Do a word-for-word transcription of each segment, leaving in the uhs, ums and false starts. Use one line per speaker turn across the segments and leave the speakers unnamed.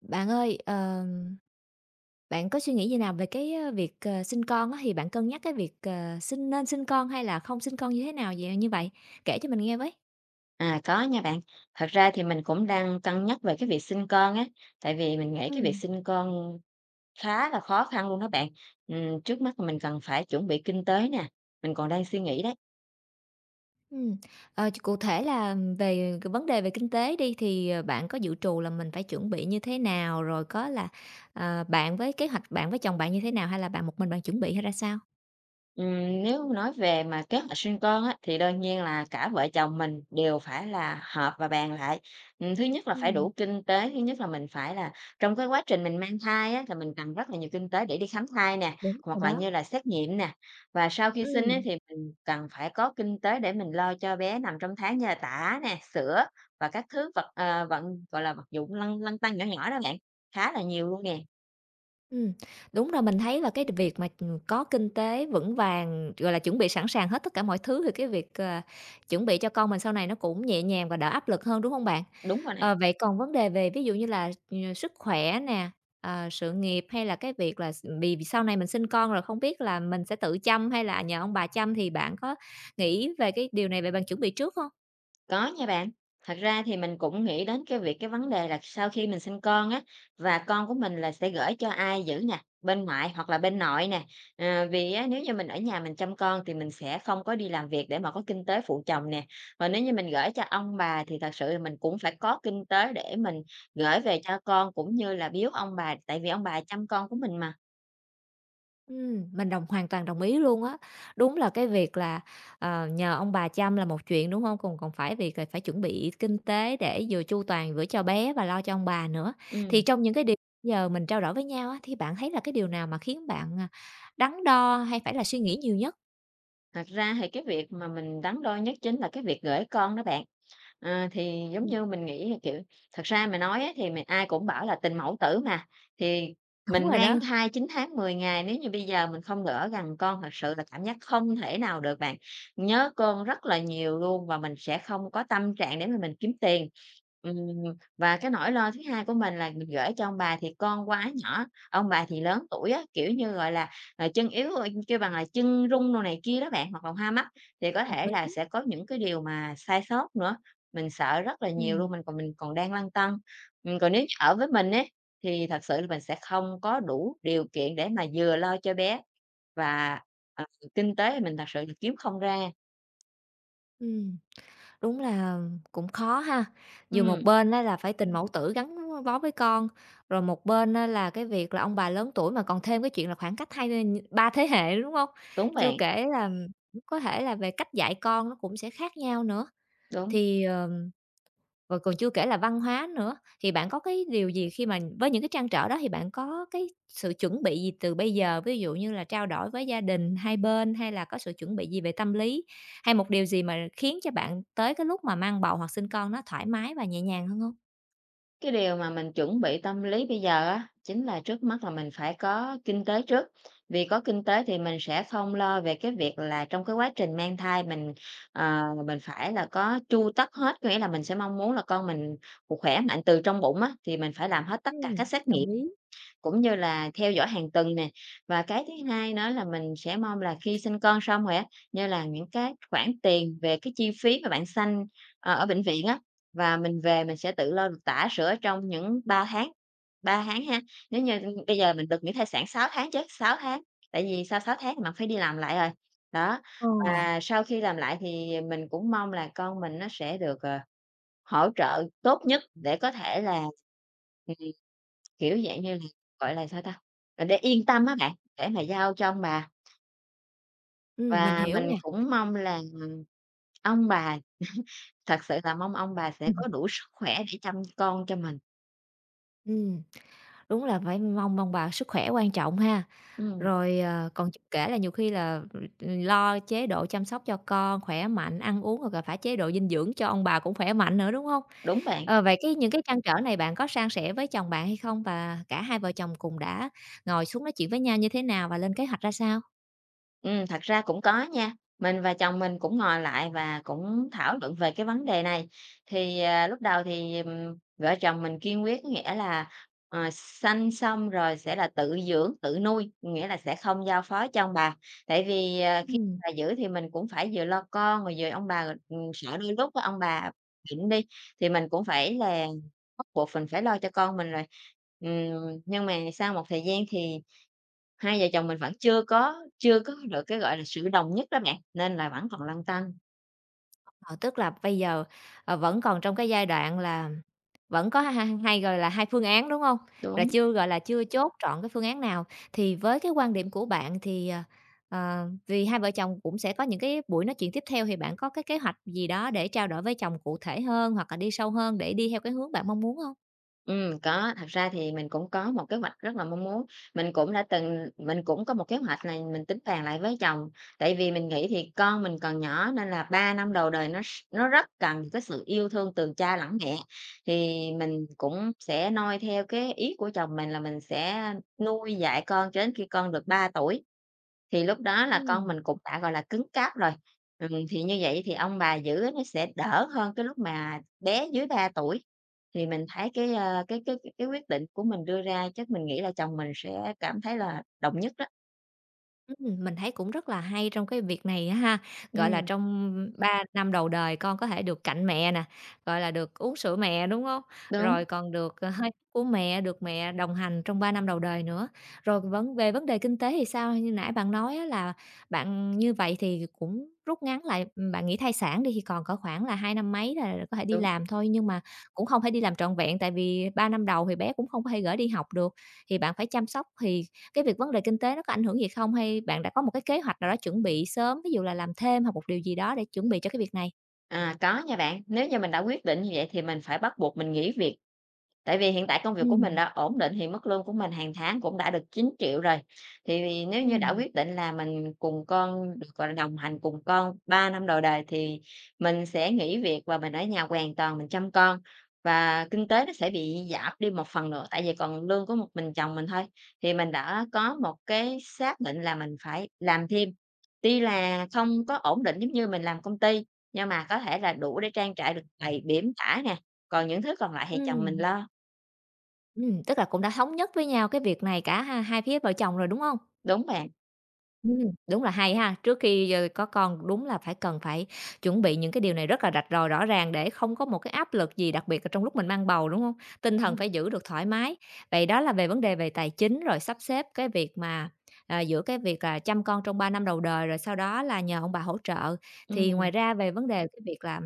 Bạn ơi, ờ, bạn có suy nghĩ như nào về cái, ơ, việc, ờ, sinh con á? Thì bạn cân nhắc cái việc, ờ, sinh nên sinh con hay là không sinh con như thế nào vậy như vậy? Kể cho mình nghe với.
À, có nha bạn. Thật ra thì mình cũng đang cân nhắc về cái việc sinh con á, tại vì mình nghĩ cái việc
Ừm.
sinh con khá là khó khăn luôn đó bạn. Ừm, trước mắt là mình cần phải chuẩn bị kinh tế nè, mình còn đang suy nghĩ đấy.
Ừm, ờ, ch Cụ thể là về cái vấn đề về kinh tế đi, thì, ờ, bạn có dự trù là mình phải chuẩn bị như thế nào? Rồi có là, ờ, Bạn với kế hoạch bạn với chồng bạn như thế nào? Hay là bạn một mình bạn chuẩn bị hay ra sao?
Ừm, nếu nói về mà kế hoạch sinh con á, thì đương nhiên là cả vợ chồng mình đều phải là họp và bàn lại. Ừm, thứ nhất là phải
Ừm,
đủ kinh tế, thứ nhất là mình phải là trong cái quá trình mình mang thai á, là mình cần rất là nhiều kinh tế để đi khám thai nè,
đúng rồi
hoặc là
đó.
như là xét nghiệm nè. Và sau khi sinh á,
Ừm.
thì mình cần phải có kinh tế để mình lo cho bé nằm trong tháng như là tã nè, sữa và các thứ vật ờ, vận gọi là vật dụng lăn lăn tăn nhỏ nhỏ đó bạn, khá là nhiều luôn nè.
Ừm, đúng rồi, mình thấy là cái việc mà, ừ, có kinh tế vững vàng, gọi là, chuẩn bị sẵn sàng hết tất cả mọi thứ thì cái việc, ờ, chuẩn bị cho con mình sau này nó cũng nhẹ nhàng và đỡ áp lực hơn, đúng không bạn?
Đúng rồi nè.
Ờ, vậy còn vấn đề về ví dụ như là, ờ, sức khỏe nè, ờ, sự nghiệp hay là cái việc là s vì vì sau này mình sinh con rồi không biết là mình sẽ tự chăm hay là nhờ ông bà chăm, thì bạn có nghĩ về cái điều này, về bạn chuẩn bị trước không?
Có nha bạn. Thật ra thì mình cũng nghĩ đến cái việc cái vấn đề là sau khi mình sinh con á, và con của mình là sẽ gửi cho ai giữ nè, bên ngoại hoặc là bên nội nè. Ờ, vì á, nếu như mình ở nhà mình chăm con thì mình sẽ không có đi làm việc để mà có kinh tế phụ chồng nè. Và nếu như mình gửi cho ông bà thì thật sự là mình cũng phải có kinh tế để mình gửi về cho con cũng như là biếu ông bà, tại vì ông bà chăm con của mình mà.
Ừm, mình đồng hoàn toàn đồng ý luôn á. Đúng là cái việc là, ờ, nhờ ông bà chăm là một chuyện, đúng không? Còn còn phải việc là phải chuẩn bị kinh tế để vừa chu toàn vừa cho bé và lo cho ông bà nữa. Thì
Ừ.
trong những cái điều giờ mình trao đổi với nhau á, thì bạn thấy là cái điều nào mà khiến bạn, à, đắn đo hay phải là suy nghĩ nhiều nhất?
Thật ra thì cái việc mà mình đắn đo nhất chính là cái việc gửi con đó bạn. Ờ, thì giống
Ừm,
như mình nghĩ, kiểu, thật ra mà nói á thì mình ai cũng bảo là tình mẫu tử mà, thì
đúng
mình
rồi
mang
đó,
thai chín tháng mười ngày nếu như bây giờ mình không gỡ gằn con thật sự là cảm giác không thể nào được bạn. Nhớ con rất là nhiều luôn và mình sẽ không có tâm trạng để mà mình kiếm tiền. Ừm, và cái nỗi lo thứ hai của mình là mình gửi cho ông bà thì con quá nhỏ, ông bà thì lớn tuổi á, kiểu như, gọi là, ờ, chân yếu, ơ, kêu bằng là chân rung đồ này kia đó bạn, hoặc là hoa mắt thì có
đồng
thể là
ý.
sẽ có những cái điều mà sai sót nữa. Mình sợ rất là nhiều
Ừm,
luôn, mình còn mình còn đang lăn tăn. Ừm, còn nếu như ở với mình ấy, thì thật sự là mình sẽ không có đủ điều kiện để mà vừa lo cho bé và, ờ, kinh tế thì mình thật sự là kiếm không ra.
ừm. Đúng là cũng khó ha. Vừa một
Ừm,
bên á là phải tình mẫu tử gắn bó với con, rồi một bên á là cái việc là ông bà lớn tuổi mà còn thêm cái chuyện là khoảng cách hai ba thế hệ nữa, đúng không?
đúng
Chưa
bạn,
kể là có thể là về cách dạy con nó cũng sẽ khác nhau nữa.
đúng.
Thì, ờ rồi còn chưa kể là văn hóa nữa, thì bạn có cái điều gì, khi mà với những cái trăn trở đó thì bạn có cái sự chuẩn bị gì từ bây giờ? Ví dụ như là trao đổi với gia đình hai bên, hay là có sự chuẩn bị gì về tâm lý? Hay một điều gì mà khiến cho bạn tới cái lúc mà mang bầu hoặc sinh con nó thoải mái và nhẹ nhàng hơn không?
Cái điều mà mình chuẩn bị tâm lý bây giờ á, chính là trước mắt là mình phải có kinh tế trước. Vì có kinh tế thì mình sẽ không lo về cái việc là trong cái quá trình mang thai mình, ờ, mình phải là có tru tất hết, có nghĩa là mình sẽ mong muốn là con mình khỏe mạnh từ trong bụng á, thì mình phải làm hết tất cả
Ừm,
các xét nghiệm.
đồng ý.
Cũng như là theo dõi hàng tuần nè, và cái thứ hai nữa là mình sẽ mong là khi sinh con xong rồi á, như là những cái khoản tiền về cái chi phí mà bạn sanh, ờ, ở bệnh viện á, và mình về mình sẽ tự lo được tã sửa trong những ba tháng, ba tháng ha. Nếu như bây giờ mình được nghỉ thai sản sáu tháng chứ, sáu tháng, tại vì sau sáu tháng thì mình phải đi làm lại rồi. Đó,
Ờ,
và sau khi làm lại thì mình cũng mong là con mình nó sẽ được, ờ, hỗ trợ tốt nhất để có thể là kiểu, dạng như là, gọi là, sao ta, là để yên tâm á bạn, để mà giao cho ông bà.
ừm, mình
Và
hiểu
mình
nè.
cũng mong là, ừm, ông bà thật sự là mong ông bà sẽ
Ừm.
có đủ sức khỏe để chăm con cho mình.
Đúng là phải mong mong bà sức khỏe quan trọng ha.
Ừm,
Rồi, ờ, còn chưa kể là nhiều khi là, ừ, lo chế độ chăm sóc cho con khỏe mạnh, ăn uống, hoặc là phải chế độ dinh dưỡng cho ông bà cũng khỏe mạnh nữa, đúng không?
đúng bạn.
Ờ, vậy cái những cái trăn trở này bạn có san sẻ với chồng bạn hay không? Và cả hai vợ chồng cùng đã ngồi xuống nói chuyện với nhau như thế nào và lên kế hoạch ra sao?
Ừm, thật ra cũng có nha. Mình và chồng mình cũng ngồi lại và cũng thảo luận về cái vấn đề này. Thì, à, lúc đầu thì, ừm, vợ chồng mình kiên quyết, nghĩa là, ờ, sanh xong rồi sẽ là tự dưỡng, tự nuôi, nghĩa là sẽ không giao phó cho ông bà. Tại vì, à, khi
Ừm,
bà giữ thì mình cũng phải vừa lo con rồi vừa ông bà, ừm, sợ đôi lúc á ông bà bệnh đi, thì mình cũng phải là bắt buộc mình phải lo cho con mình rồi. Ừm, nhưng mà sau một thời gian thì Hai vợ chồng mình vẫn chưa có chưa có được cái, gọi là, sự đồng nhất đó bạn, nên là vẫn còn lăn tăn.
ờ, tức là bây giờ, ờ, vẫn còn trong cái giai đoạn là vẫn có hai hai, gọi là, hai phương án, đúng không? Rồi
Đúng,
chưa, gọi là, chưa chốt trọn cái phương án nào. Thì với cái quan điểm của bạn thì, ờ, ờ, vì hai vợ chồng cũng sẽ có những cái buổi nói chuyện tiếp theo, thì bạn có cái kế hoạch gì đó để trao đổi với chồng cụ thể hơn, hoặc là đi sâu hơn để đi theo cái hướng bạn mong muốn không?
ừm, có, thật ra thì mình cũng có một kế hoạch rất là mong muốn. Mình cũng đã từng mình cũng có một kế hoạch này mình tính bàn lại với chồng, tại vì mình nghĩ thì con mình còn nhỏ nên là ba năm đầu đời nó s nó rất cần cái sự yêu thương từ cha lẫn mẹ. Thì mình cũng sẽ noi theo cái ý của chồng mình là mình sẽ nuôi dạy con cho đến khi con được ba tuổi. Thì lúc đó là con
Ừm.
mình cũng đã, gọi là, cứng cáp rồi, ừm, thì như vậy thì ông bà giữ á nó sẽ đỡ hơn cái lúc mà bé dưới ba tuổi. Thì mình thấy cái, ơ, cái cái cái quyết định của mình đưa ra chắc mình nghĩ là chồng mình sẽ cảm thấy là đồng nhất đó.
Ừm, mình thấy cũng rất là hay trong cái việc này á ha. Gọi là,
Ừm,
trong ba năm đầu đời con có thể được cạnh mẹ nè, gọi là, được uống sữa mẹ, đúng không?
đúng,
Rồi còn được, ờ, hơi của mẹ, được mẹ đồng hành trong ba năm đầu đời nữa. Rồi vấn về vấn đề kinh tế thì sao? Như nãy bạn nói á, là bạn như vậy thì cũng rút ngắn lại, ừm, bạn nghỉ thai sản đi thì còn có khoảng là hai năm mấy là có thể đi
đúng,
làm thôi, nhưng mà cũng không thể đi làm trọn vẹn, tại vì ba năm đầu thì bé cũng không có thể gửi đi học được, thì bạn phải chăm sóc, thì cái việc vấn đề kinh tế nó có ảnh hưởng gì không? Hay bạn đã có một cái kế hoạch nào đó chuẩn bị sớm, ví dụ là làm thêm hoặc một điều gì đó để chuẩn bị cho cái việc này?
à, có nha bạn, nếu như mình đã quyết định như vậy thì mình phải bắt buộc mình nghỉ việc. Tại vì hiện tại công việc của mình
Ừm,
đã ổn định thì mức lương của mình hàng tháng cũng đã được chín triệu rồi. Thì nếu như đã
ừm,
quyết định là mình cùng con được, gọi là, đồng hành cùng con ba năm đầu đời thì mình sẽ nghỉ việc và mình ở nhà hoàn toàn mình chăm con. Và kinh tế nó sẽ bị giảm đi một phần nữa, tại vì còn lương của một mình chồng mình thôi. Thì mình đã có một cái xác định là mình phải làm thêm, tuy là không có ổn định giống như mình làm công ty, nhưng mà có thể là đủ để trang trải được đầy bỉm cả nè, còn những thứ còn lại thì chồng mình
ừm,
lo.
ừm, tức là cũng đã thống nhất với nhau cái việc này cả ha, hai phía vợ chồng rồi, đúng không?
Đúng bạn.
Ừm, đúng là hay ha. Trước khi, ơ, có con đúng là phải cần phải chuẩn bị những cái điều này rất là rạch ròi, rõ ràng, để không có một cái áp lực gì, đặc biệt là trong lúc mình mang bầu, đúng không? Tinh thần
Ừm,
phải giữ được thoải mái. Vậy đó là về vấn đề về tài chính, rồi sắp xếp cái việc mà, à, giữa cái việc là chăm con trong ba năm đầu đời, rồi sau đó là nhờ ông bà hỗ trợ. Thì ngoài
ừm,
ra về vấn đề cái việc là,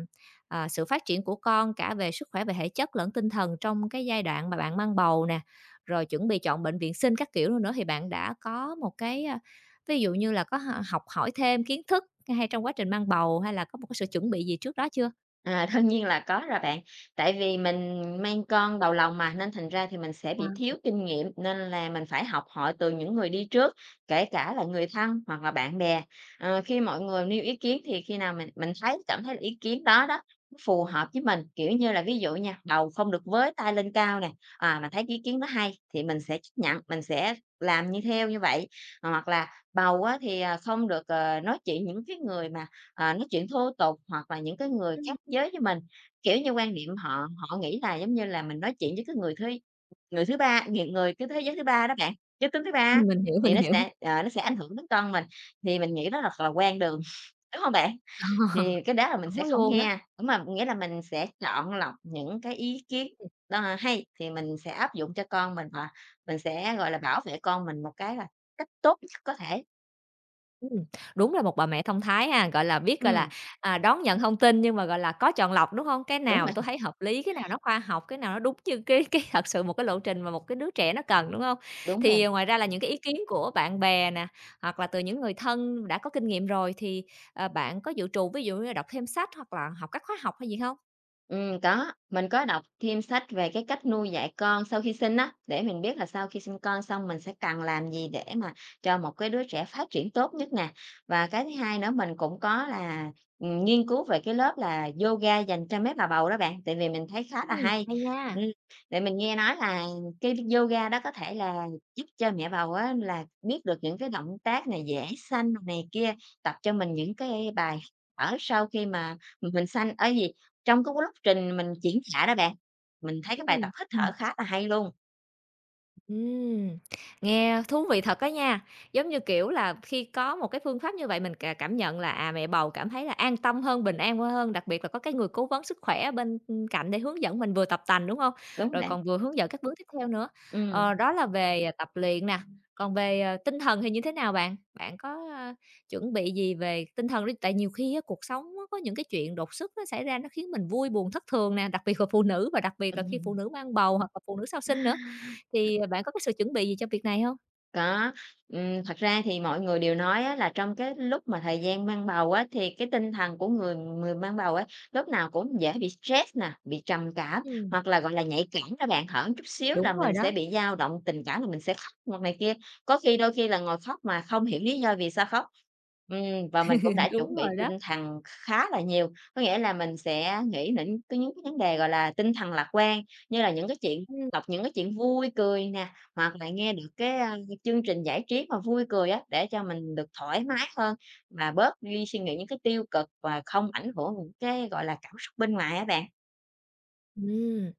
ờ, sự phát triển của con cả về sức khỏe, về thể chất lẫn tinh thần, trong cái giai đoạn mà bạn mang bầu nè, rồi chuẩn bị chọn bệnh viện sinh các kiểu nữa nữa, thì bạn đã có một cái, à, ví dụ như là có h học hỏi thêm kiến thức hay trong quá trình mang bầu, hay là có một cái sự chuẩn bị gì trước đó chưa?
à, Đương nhiên là có rồi bạn. Tại vì mình mang con đầu lòng mà, nên thành ra thì mình sẽ bị
À.
thiếu kinh nghiệm, nên là mình phải học hỏi từ những người đi trước, kể cả là người thân hoặc là bạn bè. Ờ, khi mọi người nêu ý kiến thì khi nào mình mình thấy cảm thấy là ý kiến đó đó, nó phù hợp với mình, kiểu như là, ví dụ nha, đầu không được với tai lên cao nè, à, mình thấy ý kiến đó hay thì mình sẽ chấp nhận, mình sẽ làm như theo như vậy. Ờ, Hoặc là bầu á thì, à, không được, ờ, nói chuyện những cái người mà Ờ, nói chuyện thô tục hoặc là những cái người
Ừm,
khác giới với mình, kiểu như, quan niệm họ họ nghĩ là giống như là mình nói chuyện với cái người thứ người thứ ba, người người cái thế giới thứ ba đó bạn, giới tính thứ ba,
ừm, mình hiểu,
thì
mình
nó
hiểu.
sẽ, ờ, nó sẽ ảnh hưởng đến con mình, thì mình nghĩ đó là là quan đường, đúng không bạn? Thì cái đó là mình
Đúng
sẽ không
luôn á.
nghe, đúng mà nghĩa là mình sẽ chọn lọc những cái ý kiến
Ừm,
đó hay thì mình sẽ áp dụng cho con mình, và mình sẽ, gọi là, bảo vệ con mình một cái là cách tốt nhất có thể.
đúng là một bà mẹ thông thái ha, gọi là, biết, gọi là,
Ừm,
à, đón nhận thông tin nhưng mà, gọi là, có chọn lọc, đúng không? Cái
đúng
nào
rồi,
tôi thấy hợp lý, cái nào nó khoa học, cái nào nó đúng như cái cái thật sự một cái lộ trình mà một cái đứa trẻ nó cần, đúng không?
đúng rồi.
Thì ngoài ra là những cái ý kiến của bạn bè nè, hoặc là từ những người thân đã có kinh nghiệm rồi thì, ờ, bạn có dự trù ví dụ như là đọc thêm sách hoặc là học các khóa học hay gì không?
Ừm, có, mình có đọc thêm sách về cái cách nuôi dạy con sau khi sinh á, để mình biết là sau khi sinh con xong mình sẽ cần làm gì để mà cho một cái đứa trẻ phát triển tốt nhất nè. Và cái thứ hai nữa mình cũng có là, ừm, nghiên cứu về cái lớp là yoga dành cho mấy bà bầu đó bạn, tại vì mình thấy khá là
Ừm,
hay.
hay nha.
Ừm, tại mình nghe nói là cái yoga đó có thể là giúp cho mẹ bầu á là biết được những cái động tác này, dễ sanh này kia, tập cho mình những cái bài thở sau khi mà mình sanh, ở gì trong cái quá trình mình triển khai đó bạn, mình thấy cái bài tập hít thở
Ừm.
khá là hay luôn,
Ừm, nghe thú vị thật đó nha. Giống như, kiểu là, khi có một cái phương pháp như vậy mình cà cảm nhận là, à, mẹ bầu cảm thấy là an tâm hơn, bình an hơn, đặc biệt là có cái người cố vấn sức khỏe ở bên cạnh để hướng dẫn mình vừa tập tành, đúng không?
đúng
Rồi
bạn.
còn vừa hướng dẫn các bước tiếp theo nữa.
Ừm.
Ờ, đó là về, à, tập luyện nè, còn về, ờ, tinh thần thì như thế nào bạn? Bạn có, a, chuẩn bị gì về tinh thần đi? Tại nhiều khi á, cuộc sống á, có những cái chuyện đột xuất nó xảy ra nó khiến mình vui buồn thất thường nè, đặc biệt là phụ nữ, và đặc biệt là khi phụ
Ừm.
nữ mang bầu hoặc là phụ nữ sau sinh nữa. Thì, à, bạn có cái sự chuẩn bị gì cho việc này hông?
Có, ừm, thật ra thì mọi người đều nói á, là trong cái lúc mà thời gian mang bầu á, thì cái tinh thần của người người mang bầu á, lúc nào cũng dễ bị stress nè, bị trầm cảm,
Ừm,
hoặc là, gọi là, nhạy cảm đó bạn, hở chút xíu là
đúng
mình
rồi đó.
sẽ bị dao động tình cảm, là mình sẽ khóc hoặc này kia, có khi đôi khi là ngồi khóc mà không hiểu lý do vì sao khóc. Ừm, và mình cũng đã chuẩn
Đúng
bị
rồi
tinh
đó.
thần khá là nhiều, có nghĩa là mình sẽ nghĩ đến cái những cái vấn đề, gọi là, tinh thần lạc quan, như là những cái chuyện
Ừm,
đọc những cái chuyện vui cười nè, hoặc là nghe được cái, a chương trình giải trí mà vui cười á, để cho mình được thoải mái hơn, mà bớt đi suy nghĩ những cái tiêu cực và không ảnh hưởng những cái, gọi là, cảm xúc bên ngoài á bạn.
ừm,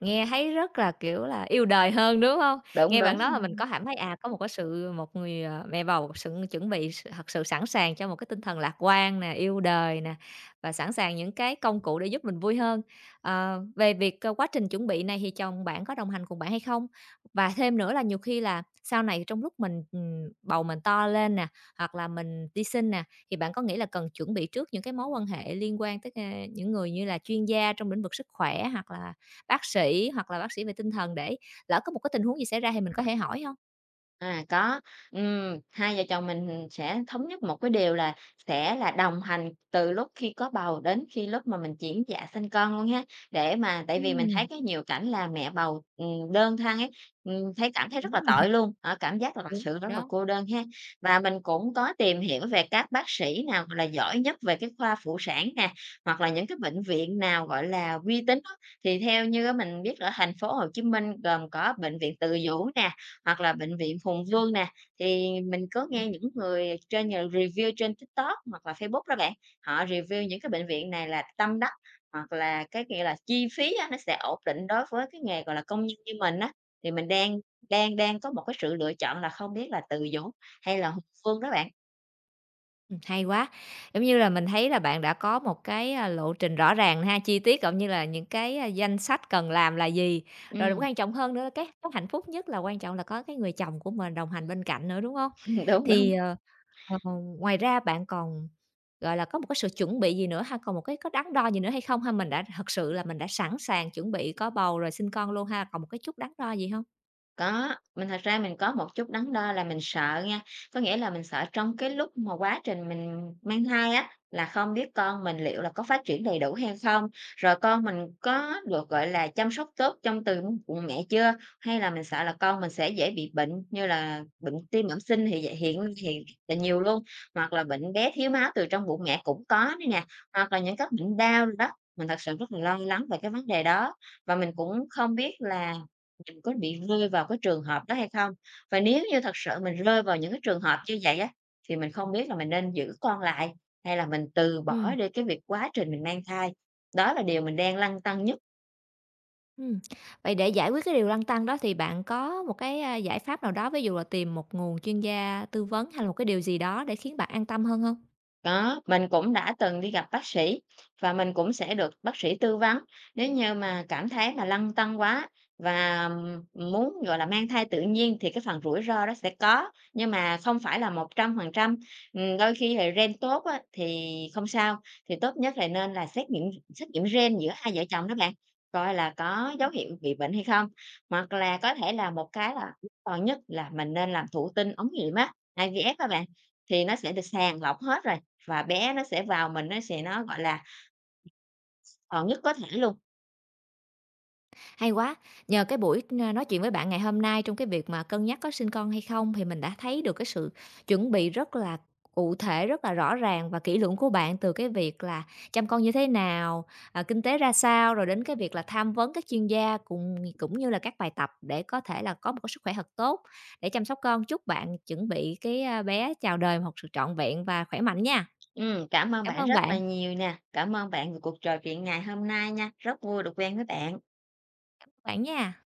nghe thấy rất là, kiểu là, yêu đời hơn, đúng không?
Đúng,
Nghe
đúng.
bạn nói là mình có cảm thấy, à, có một cái sự một người, ờ, mẹ bầu một sự chuẩn bị s thật sự sẵn sàng cho một cái tinh thần lạc quan nè, yêu đời nè, và sẵn sàng những cái công cụ để giúp mình vui hơn. Ờ, về việc, ờ, quá trình chuẩn bị này thì chồng bạn có đồng hành cùng bạn hay không? Và thêm nữa là nhiều khi là sau này trong lúc mình, ừm, bầu mình to lên nè, hoặc là mình đi sinh nè, thì bạn có nghĩ là cần chuẩn bị trước những cái mối quan hệ liên quan tới, ơ, những người như là chuyên gia trong lĩnh vực sức khỏe, hoặc là bác sĩ hoặc là bác sĩ về tinh thần, để lỡ có một cái tình huống gì xảy ra thì mình có thể hỏi hông?
À, có, ừm, hai vợ chồng mình sẽ thống nhất một cái điều là sẽ là đồng hành từ lúc khi có bầu đến khi lúc mà mình chuyển dạ sinh con luôn ha. Để mà tại vì mình thấy
Ừm,
cái nhiều cảnh là mẹ bầu, ừm, đơn thân ấy, ừm, thấy cảm thấy rất là
đúng rồi,
tội luôn, ở cảm giác là thật
đúng
sự
rồi
rất là
đó.
cô đơn ha. Và mình cũng có tìm hiểu về các bác sĩ nào là giỏi nhất về cái khoa phụ sản nè, hoặc là những cái bệnh viện nào, gọi là, uy tín á. Thì theo như á mình biết ở thành phố Hồ Chí Minh gồm có bệnh viện Từ Dũ nè, hoặc là bệnh viện Hùng Vương nè, thì mình có
Ừm,
nghe những người trên nhờ review trên TikTok hoặc là Facebook đó bạn, họ review những cái bệnh viện này là tâm đắc, hoặc là cái nghĩa là chi phí á, nó sẽ ổn định đối với cái nghề, gọi là, công nhân như mình á. Thì mình đang đang đang có một cái sự lựa chọn là không biết là từ Dũng hay là Hùng Vương đó bạn.
ừm, hay quá! Giống như là mình thấy là bạn đã có một cái, a, lộ trình rõ ràng ha, chi tiết cũng như là những cái, a, danh sách cần làm là gì. Rồi
Ừm,
quan trọng hơn nữa là cái cái hạnh phúc nhất là quan trọng là có cái người chồng của mình đồng hành bên cạnh nữa, đúng hông?
đúng,
Thì,
đúng.
ờ Ờ, Ngoài ra bạn còn, gọi là, có một cái sự chuẩn bị gì nữa ha? Còn một cái có đắn đo gì nữa hay không ha? Mình đã thật sự là mình đã sẵn sàng chuẩn bị có bầu rồi sinh con luôn ha, còn một cái chút đắn đo gì hông?
Có, mình thật ra mình có một chút đắn đo là mình sợ nha, có nghĩa là mình sợ trong cái lúc mà quá trình mình mang thai á, là không biết con mình liệu là có phát triển đầy đủ hay không, rồi con mình có được, gọi là, chăm sóc tốt trong từ bụng mẹ chưa, hay là mình sợ là con mình sẽ dễ bị bệnh như là bệnh tim bẩm sinh thì vậy hiện hiện là nhiều luôn, hoặc là bệnh bé thiếu máu từ trong bụng mẹ cũng có nữa nè, hoặc là những các bệnh đau đó. Mình thật sự rất là lo lắng về cái vấn đề đó và mình cũng không biết là mình có bị rơi vào cái trường hợp đó hay không? Và nếu như thật sự mình rơi vào những cái trường hợp như vậy á, thì mình không biết là mình nên giữ con lại hay là mình từ bỏ
Ừm,
đi cái việc quá trình mình mang thai. Đó là điều mình đang lăn tăn nhất.
ừm. Vậy để giải quyết cái điều lăn tăn đó thì bạn có một cái, a, giải pháp nào đó, ví dụ là tìm một nguồn chuyên gia tư vấn hay là một cái điều gì đó để khiến bạn an tâm hơn hông?
Có, mình cũng đã từng đi gặp bác sĩ và mình cũng sẽ được bác sĩ tư vấn nếu như mà cảm thấy mà lăn tăn quá và m- muốn, gọi là, mang thai tự nhiên thì cái phần rủi ro đó sẽ có, nhưng mà không phải là một trăm phần trăm đôi khi thì gen tốt á thì không sao, thì tốt nhất là nên là xét nghiệm xét nghiệm gen giữa hai vợ chồng đó bạn, coi là có dấu hiệu bị bệnh hay không. Hoặc là có thể là một cái là còn nhất là mình nên làm thụ tinh ống nghiệm á, ai vi ép các bạn, thì nó sẽ được sàng lọc hết rồi. Và bé nó sẽ vào mình, nó sẽ nó, gọi là, ờ, nhất có thể luôn.
Hay quá! Nhờ cái buổi n nói chuyện với bạn ngày hôm nay, trong cái việc mà cân nhắc có sinh con hay không, thì mình đã thấy được cái sự chuẩn bị rất là cụ thể, rất là rõ ràng và kỹ lưỡng của bạn, từ cái việc là chăm con như thế nào, à, kinh tế ra sao, rồi đến cái việc là tham vấn các chuyên gia cùng cũng như là các bài tập để có thể là có một cái sức khỏe thật tốt để chăm sóc con. Chúc bạn chuẩn bị cái, a, bé chào đời một sự trọn vẹn và khỏe mạnh nha.
Ừm, cảm ơn
Cảm
bạn
ơn
rất
bạn,
là nhiều nè, cảm ơn bạn về cuộc trò chuyện ngày hôm nay nha, rất vui được quen với bạn.
bạn nha.